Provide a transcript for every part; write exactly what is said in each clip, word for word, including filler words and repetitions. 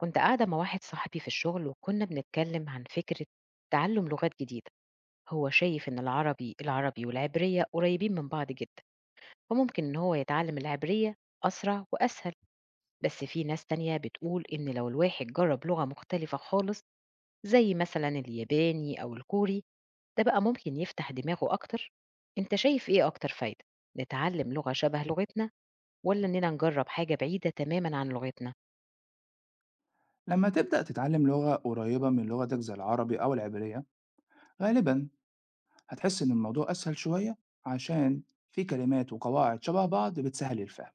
كنت قاعدة مع واحد صاحبي في الشغل وكنا بنتكلم عن فكرة تعلم لغات جديدة. هو شايف إن العربي العربي والعبرية قريبين من بعض جدا، فممكن إن هو يتعلم العبرية أسرع وأسهل. بس في ناس تانية بتقول إن لو الواحد جرب لغة مختلفة خالص، زي مثلا الياباني أو الكوري، ده بقى ممكن يفتح دماغه أكتر. أنت شايف إيه أكتر فايدة؟ نتعلم لغة شبه لغتنا، ولا إننا نجرب حاجة بعيدة تماما عن لغتنا؟ لما تبدأ تتعلم لغة قريبة من لغتك زي العربي أو العبرية غالبا هتحس إن الموضوع أسهل شوية، عشان في كلمات وقواعد شبه بعض بتسهل الفهم.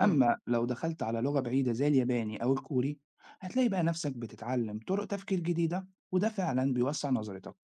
مم. أما لو دخلت على لغة بعيدة زي الياباني أو الكوري هتلاقي بقى نفسك بتتعلم طرق تفكير جديدة، وده فعلا بيوسع نظرتك.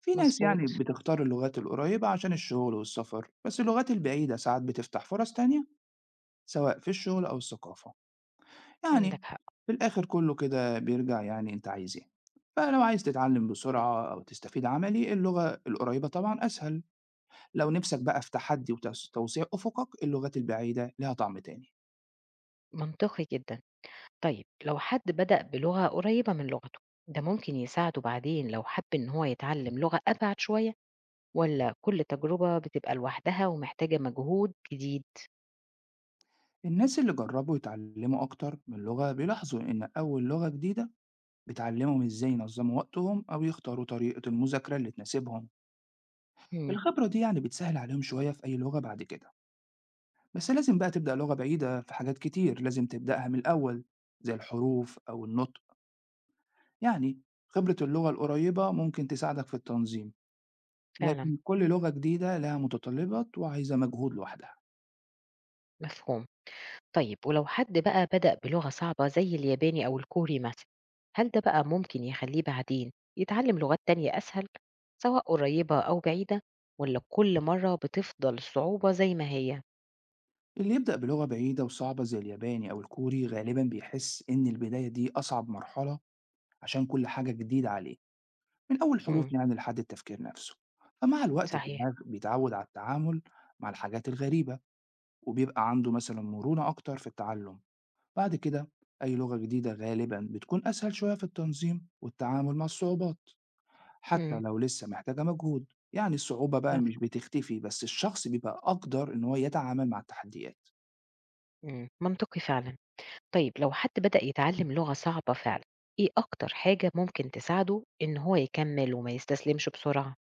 في ناس مظبوط. يعني بتختار اللغات القريبة عشان الشغل والسفر، بس اللغات البعيدة ساعات بتفتح فرص تانية سواء في الشغل أو الثقافة. يعني عندك حق. في الآخر كله كده بيرجع يعني أنت عايز إيه. فلو عايز تتعلم بسرعة أو تستفيد عملي اللغة القريبة طبعا أسهل، لو نفسك بقى في تحدي وتوسيع أفقك اللغات البعيدة لها طعم تاني. منطقي جدا. طيب لو حد بدأ بلغة قريبة من لغته، ده ممكن يساعده بعدين لو حب إن هو يتعلم لغة أبعد شوية، ولا كل تجربة بتبقى لوحدها ومحتاجة مجهود جديد؟ الناس اللي جربوا يتعلموا أكتر من لغة بيلاحظوا إن أول لغة جديدة بتعلمهم إزاي ينظموا وقتهم أو يختاروا طريقة المذاكرة اللي تناسبهم. مم. الخبرة دي يعني بتسهل عليهم شوية في أي لغة بعد كده، بس لازم بقى تبدأ لغة بعيدة في حاجات كتير لازم تبدأها من الأول زي الحروف أو النطق. يعني خبرة اللغة القريبة ممكن تساعدك في التنظيم، فعلا. لكن كل لغة جديدة لها متطلبات وعايزة مجهود لوحدها. مفهوم. طيب ولو حد بقى بدأ بلغة صعبة زي الياباني أو الكوري مثلا، هل ده بقى ممكن يخليه بعدين يتعلم لغات تانية أسهل، سواء قريبة أو بعيدة، ولا كل مرة بتفضل الصعوبة زي ما هي؟ اللي يبدأ بلغة بعيدة وصعبة زي الياباني أو الكوري غالبا بيحس إن البداية دي أصعب مرحلة، عشان كل حاجة جديدة عليه، من أول حروف مم. يعني لحد التفكير نفسه. فمع الوقت صحيح. الدماغ بيتعود على التعامل مع الحاجات الغريبة، وبيبقى عنده مثلا مرونة أكتر في التعلم. بعد كده أي لغة جديدة غالبا بتكون أسهل شوية في التنظيم والتعامل مع الصعوبات، حتى مم. لو لسه محتاجة مجهود. يعني الصعوبة بقى مش بتختفي، بس الشخص بيبقى أقدر إن هو يتعامل مع التحديات. إمم، منطقي فعلًا. طيب لو حد بدأ يتعلم لغة صعبة فعلًا، إيه أكتر حاجة ممكن تساعده إن هو يكمّل وما يستسلمش بسرعة؟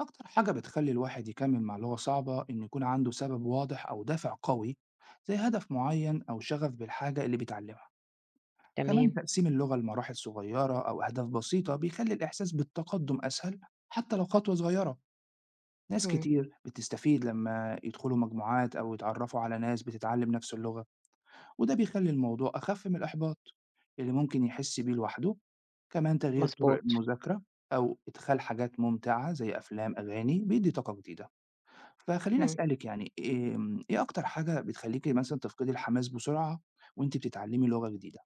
أكتر حاجة بتخلي الواحد يكمل مع اللي هو صعبة إن يكون عنده سبب واضح أو دافع قوي، زي هدف معين أو شغف بالحاجة اللي بيتعلمها. كمان تمام، تقسيم اللغة لمراحل صغيرة أو أهداف بسيطة بيخلي الإحساس بالتقدم أسهل، حتى لو خطوة صغيرة. ناس إمم، كتير بتستفيد لما يدخلوا مجموعات أو يتعرفوا على ناس بتتعلم نفس اللغة، وده بيخلّي الموضوع أخف من الإحباط اللي ممكن يحس بيه لوحده، كمان تغيير طرق مضبوط، المذاكرة أو إدخال حاجات ممتعة زي أفلام، أغاني بيدّي طاقة جديدة. فخلّيني إمم. أسألِك يعني آمم، إيه أكتر حاجة بتخلّيكِ مثلًا تفقدي الحماس بسرعة وأنتِ بتتعلمي لغة جديدة؟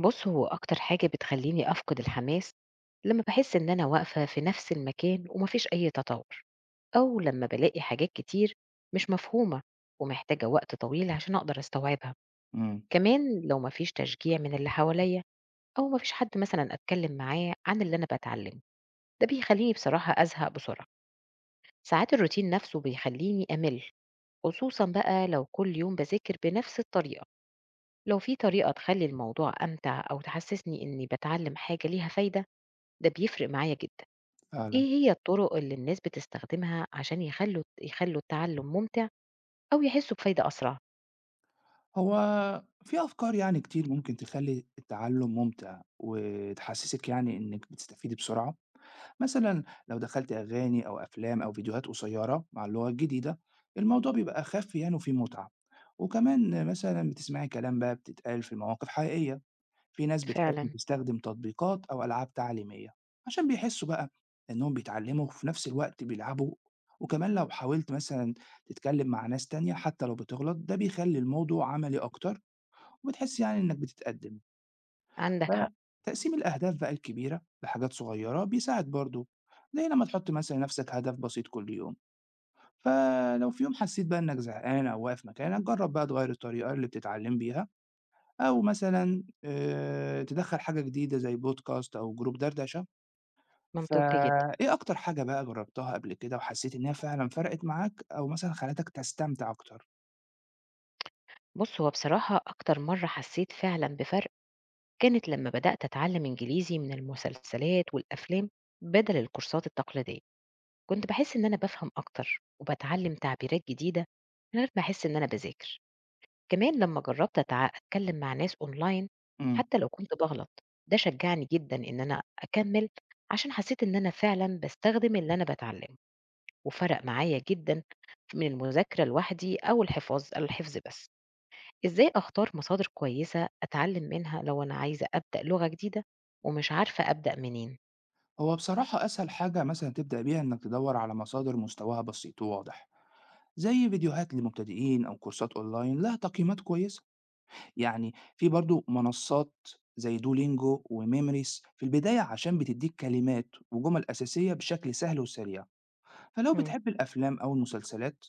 بُص، هو أكتر حاجة بتخلّيني أفقد الحماس لمّا باحس إن أنا واقفة في نفس المكان وما فيش أي تطوّر، أو لمّا بالاقي حاجات كتير مش مفهومة ومحتاجة وقت طويل عشان أقدر أستوعبها. إمم، كمان لو ما فيش تشجيع من اللي حواليّا أو ما فيش حد مثلًا أتكلّم معاه عن اللي أنا باتعلمه. ده بيخلّيني بصراحة أزهق بسرعة، ساعات الروتين نفسه بيخلّيني أمِل، خصوصًا بقى لو كل يوم باذاكر بنفس الطريقة. لو في طريقة تخلّي الموضوع أمتع أو تحسسني إني باتعلم حاجة ليها فايدة، ده بيفرق معايا جدًا. إيه فعلًا. هي الطرق اللي الناس بتستخدمها عشان يخلّوا يخلّوا التعلم ممتع أو يحسوا بفايدة أسرع؟ هو في أفكار يعني كتير ممكن تخلّي التعلم ممتع وتحسّسِك يعني إنِّك بتستفيدي بسرعة. مثلا لو دخلت أغاني أو أفلام أو فيديوهات قصيرة مع اللغة الجديدة الموضوع بيبقى أخف يعني وفيه متعة، وكمان مثلا بتسمعي كلام بقى بتتقال في مواقف حقيقية. في ناس بتحب فعلًا. تستخدم تطبيقات أو ألعاب تعليمية عشان بيحسوا بقى إنهم بيتعلموا وفي نفس الوقت بيلعبوا. وكمان لو حاولت مثلا تتكلم مع ناس تانية حتى لو بتغلط ده بيخلي الموضوع عملي أكتر، وبتحس يعني إنك بتتقدم. عندك حق، فتقسيم الأهداف بقى الكبيرة لحاجات صغيرة بيساعد برضه، زي لما تحط مثلا لنفسك هدف بسيط كل يوم. فلو في يوم حسيت بقى إنك زهقان أو واقف مكانك جرب بقى تغير الطريقة اللي بتتعلم بيها، أو مثلا آه، تدخل حاجة جديدة زي بودكاست أو جروب دردشة. منطقي جدًا. فإيه أكتر حاجة بقى جربتها قبل كده وحسيت إنها فعلا فرقت معاك أو مثلا خلتك تستمتع أكتر؟ بُص، هو بصراحة أكتر مرّة حسيت فعلًا بفرق كانت لمّا بدأت أتعلم إنجليزي من المسلسلات والأفلام بدل الكورسات التقليدية. كنت بحس إن أنا بفهم أكتر وبتعلم تعبيرات جديدة من غير ما أحس إن أنا بذاكر. كمان لما جربت أتع- أتكلم مع ناس أونلاين مم. حتى لو كنت بغلط، ده شجعني جدا إن أنا أكمل عشان حسيت إن أنا فعلا بستخدم اللي أنا بتعلمه، وفرق معايا جدا من المذاكرة لوحدي أو الحفاظ الحفظ بس. إزاي أختار مصادر كويسة أتعلم منها لو أنا عايزة أبدأ لغة جديدة ومش عارفة أبدأ منين؟ هو بصراحة أسهل حاجة مثلا تبدأ بيها إنك تدور على مصادر مستواها بسيط وواضح، زي فيديوهات للمبتدئين أو كورسات أونلاين لها تقييمات كويسة. يعني في برضو منصات زي دولينجو وميموريز في البداية عشان بتديك كلمات وجمل أساسية بشكل سهل وسريع. فلو مم. بتحب الأفلام أو المسلسلات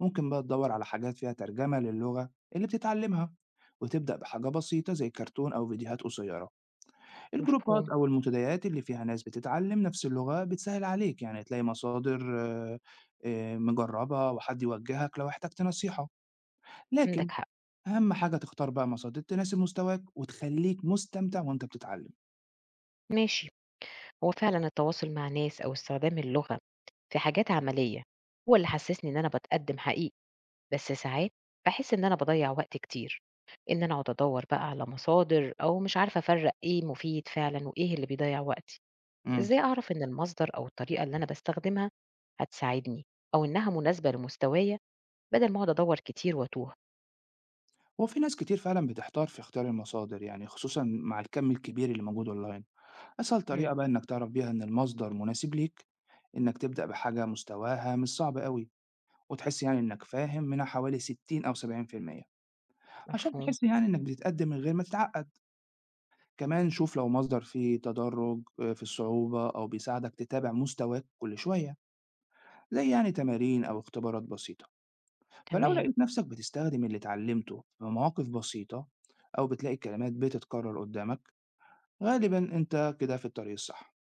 ممكن بقى تدور على حاجات فيها ترجمة للغة اللي بتتعلمها، وتبدأ بحاجة بسيطة زي كرتون أو فيديوهات قصيرة. الجروبات مفهوم. أو المنتديات اللي فيها ناس بتتعلم نفس اللغة بتسهل عليك يعني تلاقي مصادر آه، آه، مجربة وحد يوجهك لو احتجت نصيحة. عندك لكن حق. أهم حاجة تختار بقى مصادر تناسب مستواك وتخليك مستمتع وأنت بتتعلم. ماشي. هو فعلا التواصل مع ناس أو استخدام اللغة في حاجات عملية هو اللي حسسني إن أنا بتقدم حقيقي، بس ساعات بحس إن أنا بضيع وقت كتير إن أنا أقعد أدور بقى على مصادر، أو مش عارفة أفرق إيه مفيد فعلا وإيه اللي بيضيع وقتي. امم إزاي أعرف إن المصدر أو الطريقة اللي أنا بستخدمها هتساعدني، أو إنها مناسبة لمستوايا، بدل ما أقعد أدور كتير وأتوه؟ وفي ناس كتير فعلا بتحتار في اختيار المصادر، يعني خصوصا مع الكم الكبير اللي موجود اونلاين. اسهل مم، طريقه بقى انك تعرف بيها ان المصدر مناسب ليك انك تبدا بحاجه مستواها مش صعب قوي، وتحس يعني انك فاهم منها حوالي ستين او سبعين في المية، عشان مفهوم. تحس يعني انك بتتقدم من غير ما تتعقد. كمان شوف لو مصدر فيه تدرج آه، في الصعوبه او بيساعدك تتابع مستواك كل شويه، زي يعني تمارين او اختبارات بسيطه. فلو تمام. لقيت نفسك بتستخدم اللي اتعلمته في مواقف بسيطة أو بتلاقي الكلمات بتتكرر قدامك غالبا أنت كده في الطريق الصح.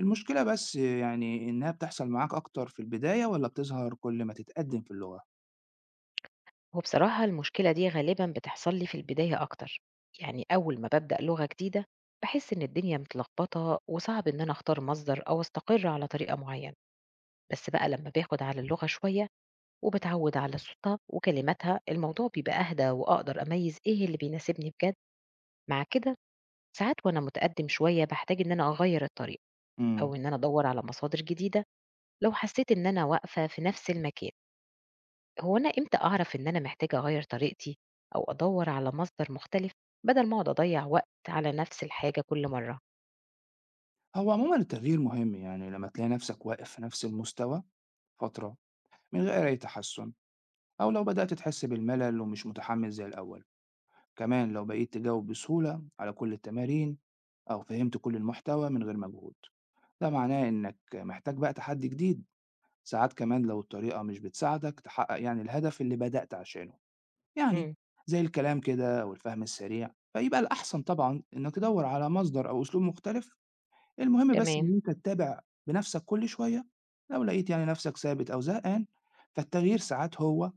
المشكلة بس يعني إنها بتحصل معاك أكتر في البداية ولا بتظهر كل ما تتقدم في اللغة؟ هو بصراحة المشكلة دي غالبا بتحصل لي في البداية أكتر. يعني أول ما ببدأ لغة جديدة، بحس إن الدنيا متلخبطة وصعب إن أنا أختار مصدر أو أستقر على طريقة معينة. بس بقى لما باخد على اللغة شوية وبتعود على صوتها وكلماتها، الموضوع بيبقى أهدى وأقدر أميز إيه اللي بيناسبني بجد. مع كده، ساعات وأنا متقدم شوية بحتاج إن أنا أغير الطريقة مم. أو إن أنا أدور على مصادر جديدة لو حسيت إن أنا واقفة في نفس المكان. هو أنا إمتى أعرف إن أنا محتاجة أغيّر طريقتي أو أدوّر على مصدر مختلف، بدل ما أقعد أضيّع وقت على نفس الحاجة كل مرّة؟ هو عموما التغيير مهم، يعني لما تلاقي نفسك واقف في نفس المستوى فترة من غير أي تحسن، أو لو بدأت تحس بالملل ومش متحمس زي الأول. كمان لو بقيت تجاوب بسهولة على كل التمارين أو فهمت كل المحتوى من غير مجهود ده معناه إنك محتاج بقى تحدي جديد. ساعات كمان لو الطريقة مش بتساعدك تحقق يعني الهدف اللي بدأت عشانه، يعني إمم، زي الكلام كده والفهم السريع فيبقى الأحسن طبعا إنك تدور على مصدر أو أسلوب مختلف. المهم بس تمام، إن أنت تتابع بنفسك كل شوية، لو لقيت يعني نفسك ثابت أو زهقان فالتغيير ساعات هو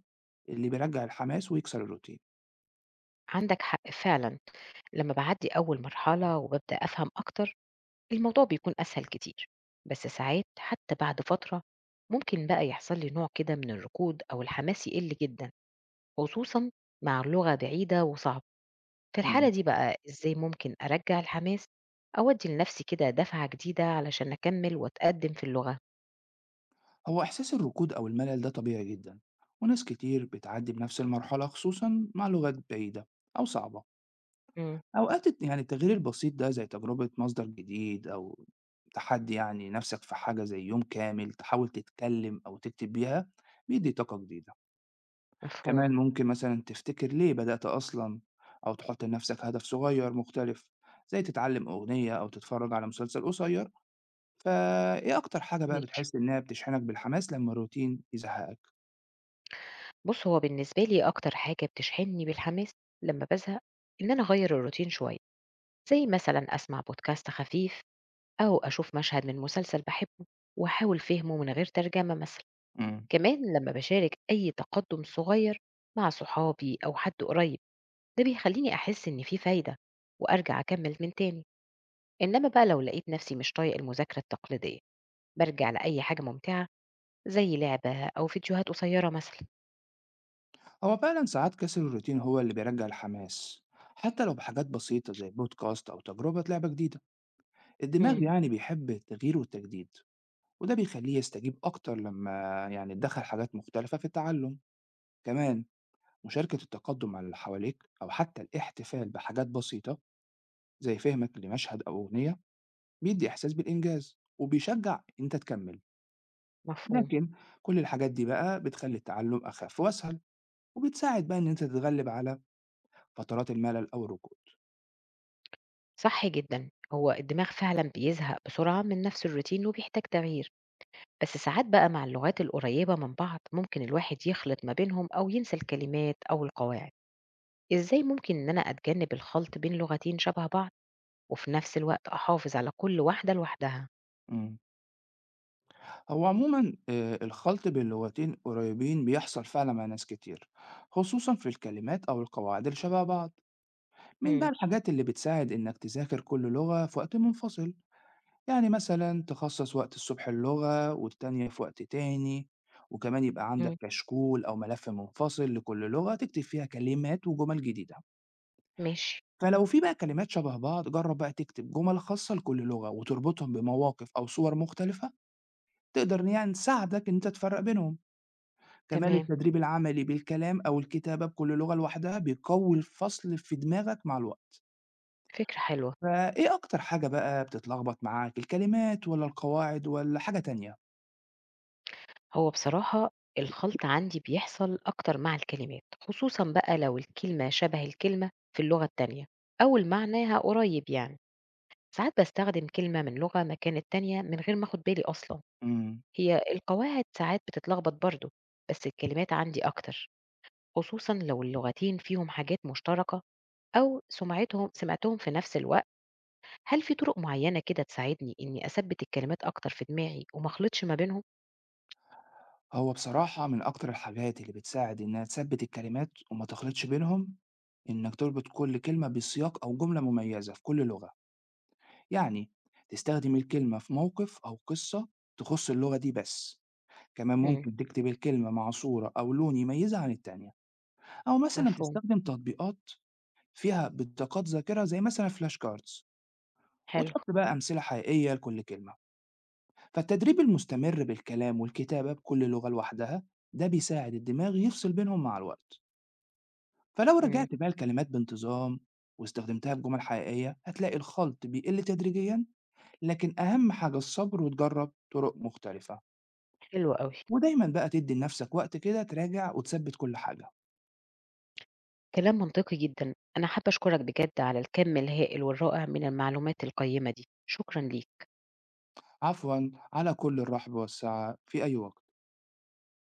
اللي بيرجع الحماس ويكسر الروتين. عندك حق فعلًا. لمّا باعدّي أول مرحلة وبابدأ أفهم أكتر، الموضوع بيكون أسهل كتير، بس ساعات حتى بعد فترة ممكن بقى يحصل لي نوع كده من الركود أو الحماس يقِل جدًا، خصوصًا مع لغة بعيدة وصعبة. في الحالة مم. دي بقى إزاي ممكن أرجّع الحماس أو أدّي لنفسي كده دفعة جديدة علشان أكمّل وأتقدّم في اللغة؟ هو إحساس الركود أو الملل ده طبيعي جدا، وناس كتير بتعدي بنفس المرحلة خصوصا مع لغات بعيدة أو صعبة. إمم، أوقات الت يعني التغيير البسيط ده زي تجربة مصدر جديد أو تحدّي يعني نَفْسك في حاجة زي يوم كامل تحاول تتكلّم أو تكتب بيها، بيدّي طاقة جديدة. مفهوم، كمان ممكن مثلًا تفتكر ليه بدأت أصلًا، أو تحُط لنَفْسك هدف صغير مختلف، زي تتعلّم أغنية أو تتفرّج على مسلسل قصيّر. فإيه أكتر حاجة بقى ماشي. بتحس إنّها بتشحنك بالحماس لمّا الروتين يزهّقك؟ بُص، هو بالنسبة لي أكتر حاجة بتشحنني بالحماس لمّا بازهق، إن أنا أغيّر الروتين شوية، زي مثلًا أسمع بودكاست خفيف أو أشوف مشهد من مسلسل باحبه وأحاول فهمه من غير ترجمة مثلًا. إمم. كمان لمّا باشارك أي تقدُّم صغير مع صحابي أو حد قريب، ده بيخلّيني أحس إن في فايدة وأرجع أكمّل من تاني. إنما بقى لو لقيت نفسي مش طايق المذاكرة التقليدية، بارجع لأي حاجة ممتعة زي لعبة أو فيديوهات قصيرة مثلًا. هو فعلًا ساعات كسر الروتين هو اللي بيرجّع الحماس، حتّى لو بحاجات بسيطة زي بودكاست أو تجربة لعبة جديدة. الدماغ إمم. يعني بيحب التغيير والتجديد، وده بيخليه يستجيب أكتر لما يعني تدخل حاجات مختلفة في التعلم. كمان مشاركة التقدم على اللي حواليك أو حتى الاحتفال بحاجات بسيطة زي فهمك لمشهد أو أغنية بيدي إحساس بالإنجاز وبيشجع أنت تكمل. مفهوم. لكن كل الحاجات دي بقى بتخلي التعلم أخف وأسهل، وبتساعد بقى إن أنت تتغلب على فترات الملل أو الركود. صح جدا. هو الدماغ فعلا بيزهق بسرعة من نفس الروتين وبيحتاج تغيير. بس ساعات بقى مع اللغات القريبة من بعض ممكن الواحد يخلط ما بينهم أو ينسى الكلمات أو القواعد. إزاي ممكن إن أنا أتجنب الخلط بين لغتين شبه بعض، وفي نفس الوقت أحافظ على كل واحدة لوحدها؟ هو عموما آه، الخلط بين لغتين قريبين بيحصل فعلا مع ناس كتير، خصوصا في الكلمات أو القواعد اللي شبه بعض. من بقى مم. الحاجات اللي بتساعد إنك تذاكر كل لغة في وقت منفصل، يعني مثلا تخصص وقت الصبح اللغة والتانية في وقت تاني. وكمان يبقى عندك مم. كشكول أو ملف منفصل لكل لغة تكتب فيها كلمات وجمل جديدة. ماشي. فلو في بقى كلمات شبه بعض جرب بقى تكتب جمل خاصة لكل لغة وتربطهم بمواقف أو صور مختلفة، تقدر يعني تساعدك إن أنت تفرق بينهم. كمان تمام. التدريب العملي بالكلام أو الكتابة بكل لغة لوحدها بيقوي الفصل في دماغك مع الوقت. فكرة حلوة. فإيه أكتر حاجة بقى بتتلخبط معاك، الكلمات ولا القواعد ولا حاجة تانية؟ هو بصراحة الخلط عندي بيحصل أكتر مع الكلمات، خصوصا بقى لو الكلمة شبه الكلمة في اللغة التانية أو المعنى قريب. يعني ساعات باستخدم كلمة من لغة مكان التانية من غير ما أخد بالي أصلًا. إمم. هي القواعد ساعات بتتلخبط برضه، بس الكلمات عندي أكتر، خصوصًا لو اللغتين فيهم حاجات مشتركة أو سمعتهم سمعتهم في نفس الوقت. هل في طرق معينة كده تساعدني إني أثبِّت الكلمات أكتر في دماغي وما أخلطش ما بينهم؟ هو بصراحة من أكتر الحاجات اللي بتساعد إنها تثبِّت الكلمات وما تخلطش بينهم إنك تربط كل كلمة بسياق أو جملة مميزة في كل لغة، يعني تستخدم الكلمة في موقف أو قصة تخُص اللغة دي بس، كمان إمم، ممكن تكتب الكلمة مع صورة أو لون يميزها عن التانية، أو مثلًا مفهوم، تستخدم تطبيقات فيها بطاقات ذاكرة زي مثلًا الflash cards حلو، وتحط بقى أمثلة حقيقية لكل كلمة، فالتدريب المستمر بالكلام والكتابة بكل لغة لوحدها ده بيساعد الدماغ يفصل بينهم مع الوقت، فلو إمم، رجعت بقى الكلمات بانتظام واستخدمتها بجمل حقيقية هتلاقي الخلط بيقل تدريجيًا، لكن أهم حاجة الصبر وتجرب طرق مختلفة، حلو أوي. ودايمًا بقى تدي لنفسك وقت كده تراجع وتثبت كل حاجة. كلام منطقي جدًا. أنا حابة أشكرك بجد على الكم الهائل والرائع من المعلومات القيّمة دي، شكرًا ليك. عفوًا، على كل الرحب والسعة في أي وقت.